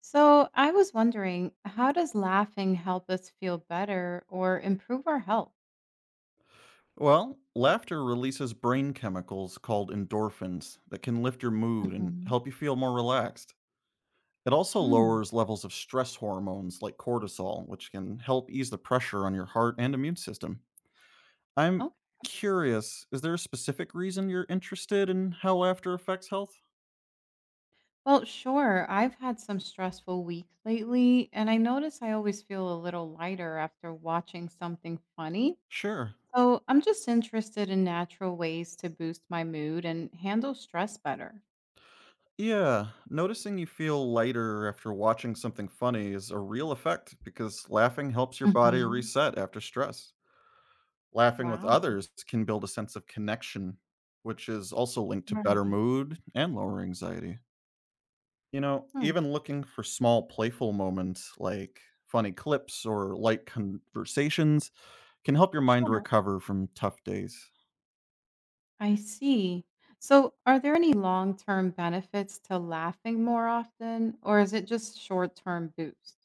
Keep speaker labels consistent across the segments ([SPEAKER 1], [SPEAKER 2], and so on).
[SPEAKER 1] So, I was wondering, how does laughing help us feel better or improve our health?
[SPEAKER 2] Well, laughter releases brain chemicals called endorphins that can lift your mood and
[SPEAKER 1] Mhm.
[SPEAKER 2] help you feel more relaxed. It also
[SPEAKER 1] Mm.
[SPEAKER 2] lowers levels of stress hormones like cortisol, which can help ease the pressure on your heart and immune system. I'm
[SPEAKER 1] Okay.
[SPEAKER 2] curious, is there a specific reason you're interested in how laughter affects health?
[SPEAKER 1] Well, sure. I've had some stressful weeks lately, and I notice I always feel a little lighter after watching something funny.
[SPEAKER 2] Sure.
[SPEAKER 1] So, I'm just interested in natural ways to boost my mood and handle stress better.
[SPEAKER 2] Yeah, noticing you feel lighter after watching something funny is a real effect because laughing helps your body
[SPEAKER 1] Mhm.
[SPEAKER 2] reset after stress. Laughing with
[SPEAKER 1] Wow.
[SPEAKER 2] others can build a sense of connection, which is also linked to better
[SPEAKER 1] Right.
[SPEAKER 2] mood and lower anxiety. You know,
[SPEAKER 1] Hmm.
[SPEAKER 2] even looking for small playful moments like funny clips or light conversations can help your mind
[SPEAKER 1] Sure.
[SPEAKER 2] recover from tough days.
[SPEAKER 1] I see. So, are there any long term benefits to laughing more often, or is it just short term boost?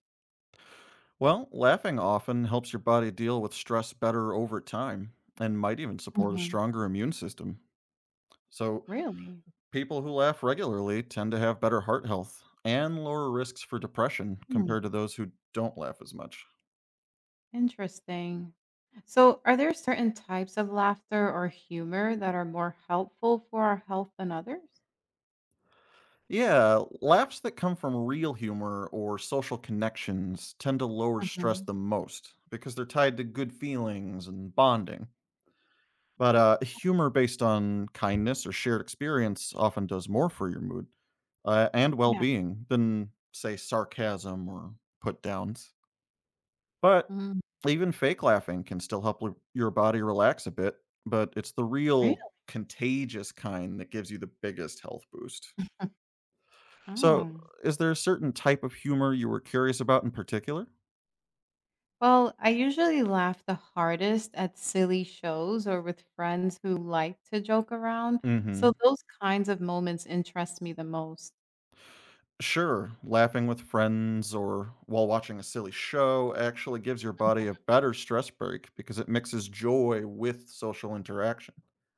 [SPEAKER 2] Well, laughing often helps your body deal with stress better over time and might even support a
[SPEAKER 1] hmm
[SPEAKER 2] stronger immune system. So,
[SPEAKER 1] Really?
[SPEAKER 2] people who laugh regularly tend to have better heart health and lower risks for depression
[SPEAKER 1] Hmm,
[SPEAKER 2] compared to those who don't laugh as much.
[SPEAKER 1] Interesting. So, are there certain types of laughter or humor that are more helpful for our health than others?
[SPEAKER 2] Yeah, laughs that come from real humor or social connections tend to lower stress
[SPEAKER 1] hmm
[SPEAKER 2] the most because they're tied to good feelings and bonding. But humor based on kindness or shared experience often does more for your mood and well
[SPEAKER 1] Yeah.
[SPEAKER 2] being than, say, sarcasm or put downs. But
[SPEAKER 1] mm
[SPEAKER 2] even fake laughing can still help your body relax a bit, but it's the
[SPEAKER 1] Really?
[SPEAKER 2] real contagious kind that gives you the biggest health boost. So,
[SPEAKER 1] Oh.
[SPEAKER 2] is there a certain type of humor you were curious about in particular?
[SPEAKER 1] Well, I usually laugh the hardest at silly shows or with friends who like to joke around. So,
[SPEAKER 2] Hmm.
[SPEAKER 1] those kinds of moments interest me the most.
[SPEAKER 2] Sure, laughing with friends or while watching a silly show actually gives your body a better stress break because it mixes joy with social interaction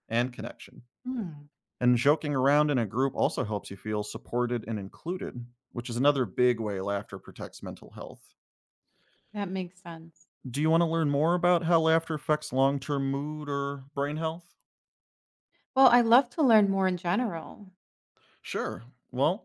[SPEAKER 2] and connection.
[SPEAKER 1] Hmm,
[SPEAKER 2] And joking around in a group also helps you feel supported and included, which is another big way laughter protects mental health.
[SPEAKER 1] that makes sense.
[SPEAKER 2] Do you want to learn more about how laughter affects long term mood or brain health?
[SPEAKER 1] Well, I love to learn more in general.
[SPEAKER 2] Sure. Well,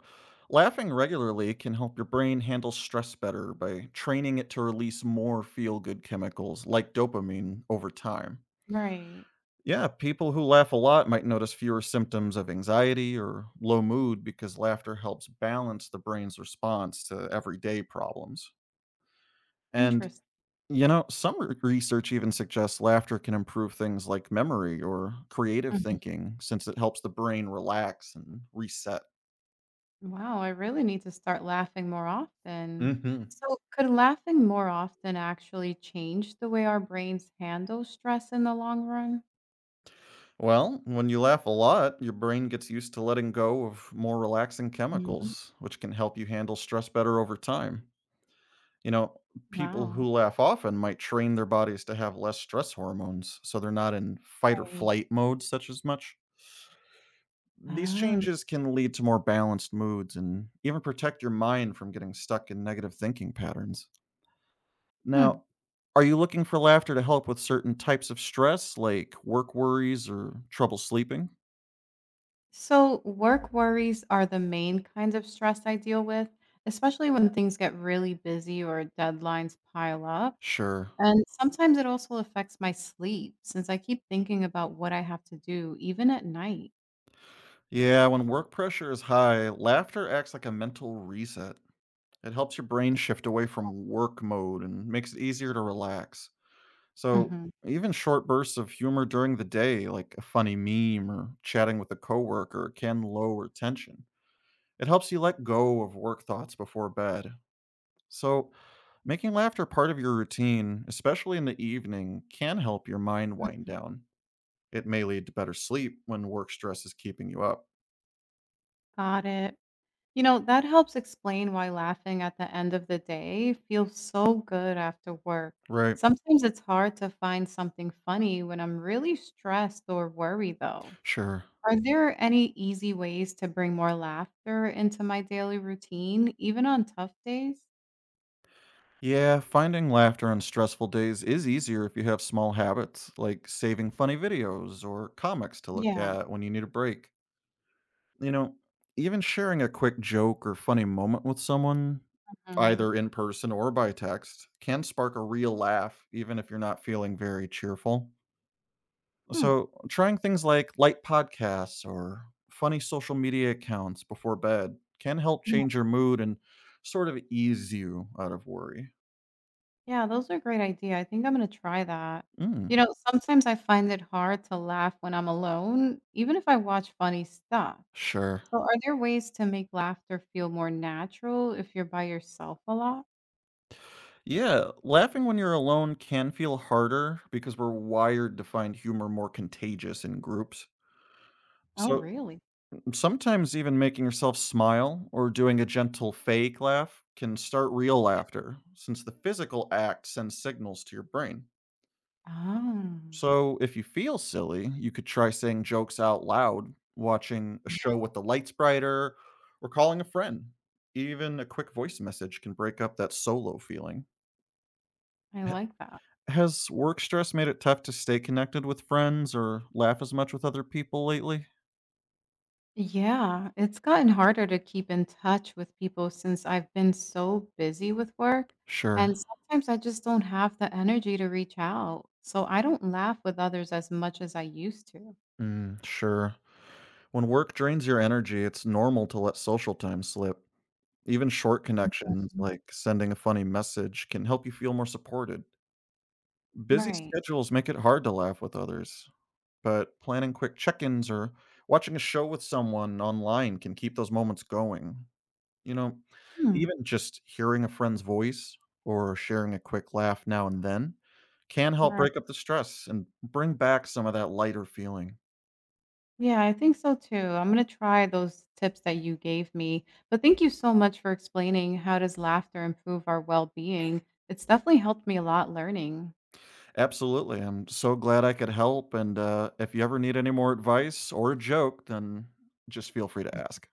[SPEAKER 2] laughing regularly can help your brain handle stress better by training it to release more feel good chemicals like dopamine over time.
[SPEAKER 1] Right.
[SPEAKER 2] Yeah, people who laugh a lot might notice fewer symptoms of anxiety or low mood because laughter helps balance the brain's response to everyday problems. And,
[SPEAKER 1] Interesting.
[SPEAKER 2] you know, some research even suggests laughter can improve things like memory or creative
[SPEAKER 1] Mhm.
[SPEAKER 2] thinking since it helps the brain relax and reset.
[SPEAKER 1] Wow, I really need to start laughing more often.
[SPEAKER 2] Hmm.
[SPEAKER 1] So, could laughing more often actually change the way our brains handle stress in the long run?
[SPEAKER 2] Well, when you laugh a lot, your brain gets used to letting go of more relaxing
[SPEAKER 1] Mhm.
[SPEAKER 2] chemicals, which can help you handle stress better over time. You know, people
[SPEAKER 1] Wow.
[SPEAKER 2] who laugh often might train their bodies to have less stress hormones, so they're not in fight or
[SPEAKER 1] Right.
[SPEAKER 2] flight mode such as much. These
[SPEAKER 1] Oh.
[SPEAKER 2] changes can lead to more balanced moods and even protect your mind from getting stuck in negative thinking patterns.
[SPEAKER 1] Hmm.
[SPEAKER 2] Now, are you looking for laughter to help with certain types of stress, like work worries or trouble sleeping?
[SPEAKER 1] So, work worries are the main kinds of stress I deal with, especially when things get really busy or deadlines pile up.
[SPEAKER 2] Sure.
[SPEAKER 1] And sometimes it also affects my sleep since I keep thinking about what I have to do even at night.
[SPEAKER 2] Yeah, when work pressure is high, laughter acts like a mental reset. It helps your brain shift away from work mode and makes it easier to relax. So,
[SPEAKER 1] Mhm.
[SPEAKER 2] even short bursts of humor during the day, like a funny meme or chatting with a coworker, can lower tension. It helps you let go of work thoughts before bed. So, making laughter part of your routine, especially in the evening, can help your mind wind down. It may lead to better sleep when work stress is keeping you up.
[SPEAKER 1] Got it. You know, that helps explain why laughing at the end of the day feels so good after work.
[SPEAKER 2] Right.
[SPEAKER 1] Sometimes it's hard to find something funny when I'm really stressed or worried, though.
[SPEAKER 2] Sure.
[SPEAKER 1] Are there any easy ways to bring more laughter into my daily routine, even on tough days?
[SPEAKER 2] Yeah, finding laughter on stressful days is easier if you have small habits, like saving funny videos or comics to look
[SPEAKER 1] Yeah.
[SPEAKER 2] at when you need a break. You know, even sharing a quick joke or funny moment with someone,
[SPEAKER 1] Mhm.
[SPEAKER 2] either in person or by text, can spark a real laugh, even if you're not feeling very cheerful.
[SPEAKER 1] Hmm.
[SPEAKER 2] So, trying things like light podcasts or funny social media accounts before bed can help change your mood and sort of ease you out of worry.
[SPEAKER 1] Yeah, those are a great idea. I think I'm gonna try that.
[SPEAKER 2] Mm,
[SPEAKER 1] Sometimes I find it hard to laugh when I'm alone, even if I watch funny stuff.
[SPEAKER 2] sure.
[SPEAKER 1] So are there ways to make laughter feel more natural if you're by yourself a lot?
[SPEAKER 2] Yeah, laughing when you're alone can feel harder because we're wired to find humor more contagious in groups.
[SPEAKER 1] Oh,
[SPEAKER 2] So,
[SPEAKER 1] really?
[SPEAKER 2] sometimes even making yourself smile or doing a gentle fake laugh can start real laughter, since the physical act sends signals to your brain.
[SPEAKER 1] Oh,
[SPEAKER 2] So, if you feel silly, you could try saying jokes out loud, watching a
[SPEAKER 1] Mhm.
[SPEAKER 2] show with the lights brighter, or calling a friend. Even a quick voice message can break up that solo feeling.
[SPEAKER 1] I
[SPEAKER 2] H-
[SPEAKER 1] like that.
[SPEAKER 2] Has work stress made it tough to stay connected with friends or laugh as much with other people lately?
[SPEAKER 1] Yeah, it's gotten harder to keep in touch with people since I've been so busy with work. And
[SPEAKER 2] Sure.
[SPEAKER 1] sometimes I just don't have the energy to reach out. So I don't laugh with others as much as I used to.
[SPEAKER 2] Mm, sure. When work drains your energy, it's normal to let social time slip. Even short connections, like sending a funny message, can help you feel more supported. Busy
[SPEAKER 1] Right.
[SPEAKER 2] schedules make it hard to laugh with others, but planning quick check ins or watching a show with someone online can keep those moments going. You know,
[SPEAKER 1] Hmm,
[SPEAKER 2] even just hearing a friend's voice or sharing a quick laugh now and then can help
[SPEAKER 1] right.
[SPEAKER 2] break up the stress and bring back some of that lighter feeling.
[SPEAKER 1] Yeah, I think so too. I'm gonna try those tips that you gave me. But thank you so much for explaining how does laughter improve our well-being. It's definitely helped me a lot learning.
[SPEAKER 2] Absolutely. I'm so glad I could help. And if you ever need any more advice or a joke, then just feel free to ask.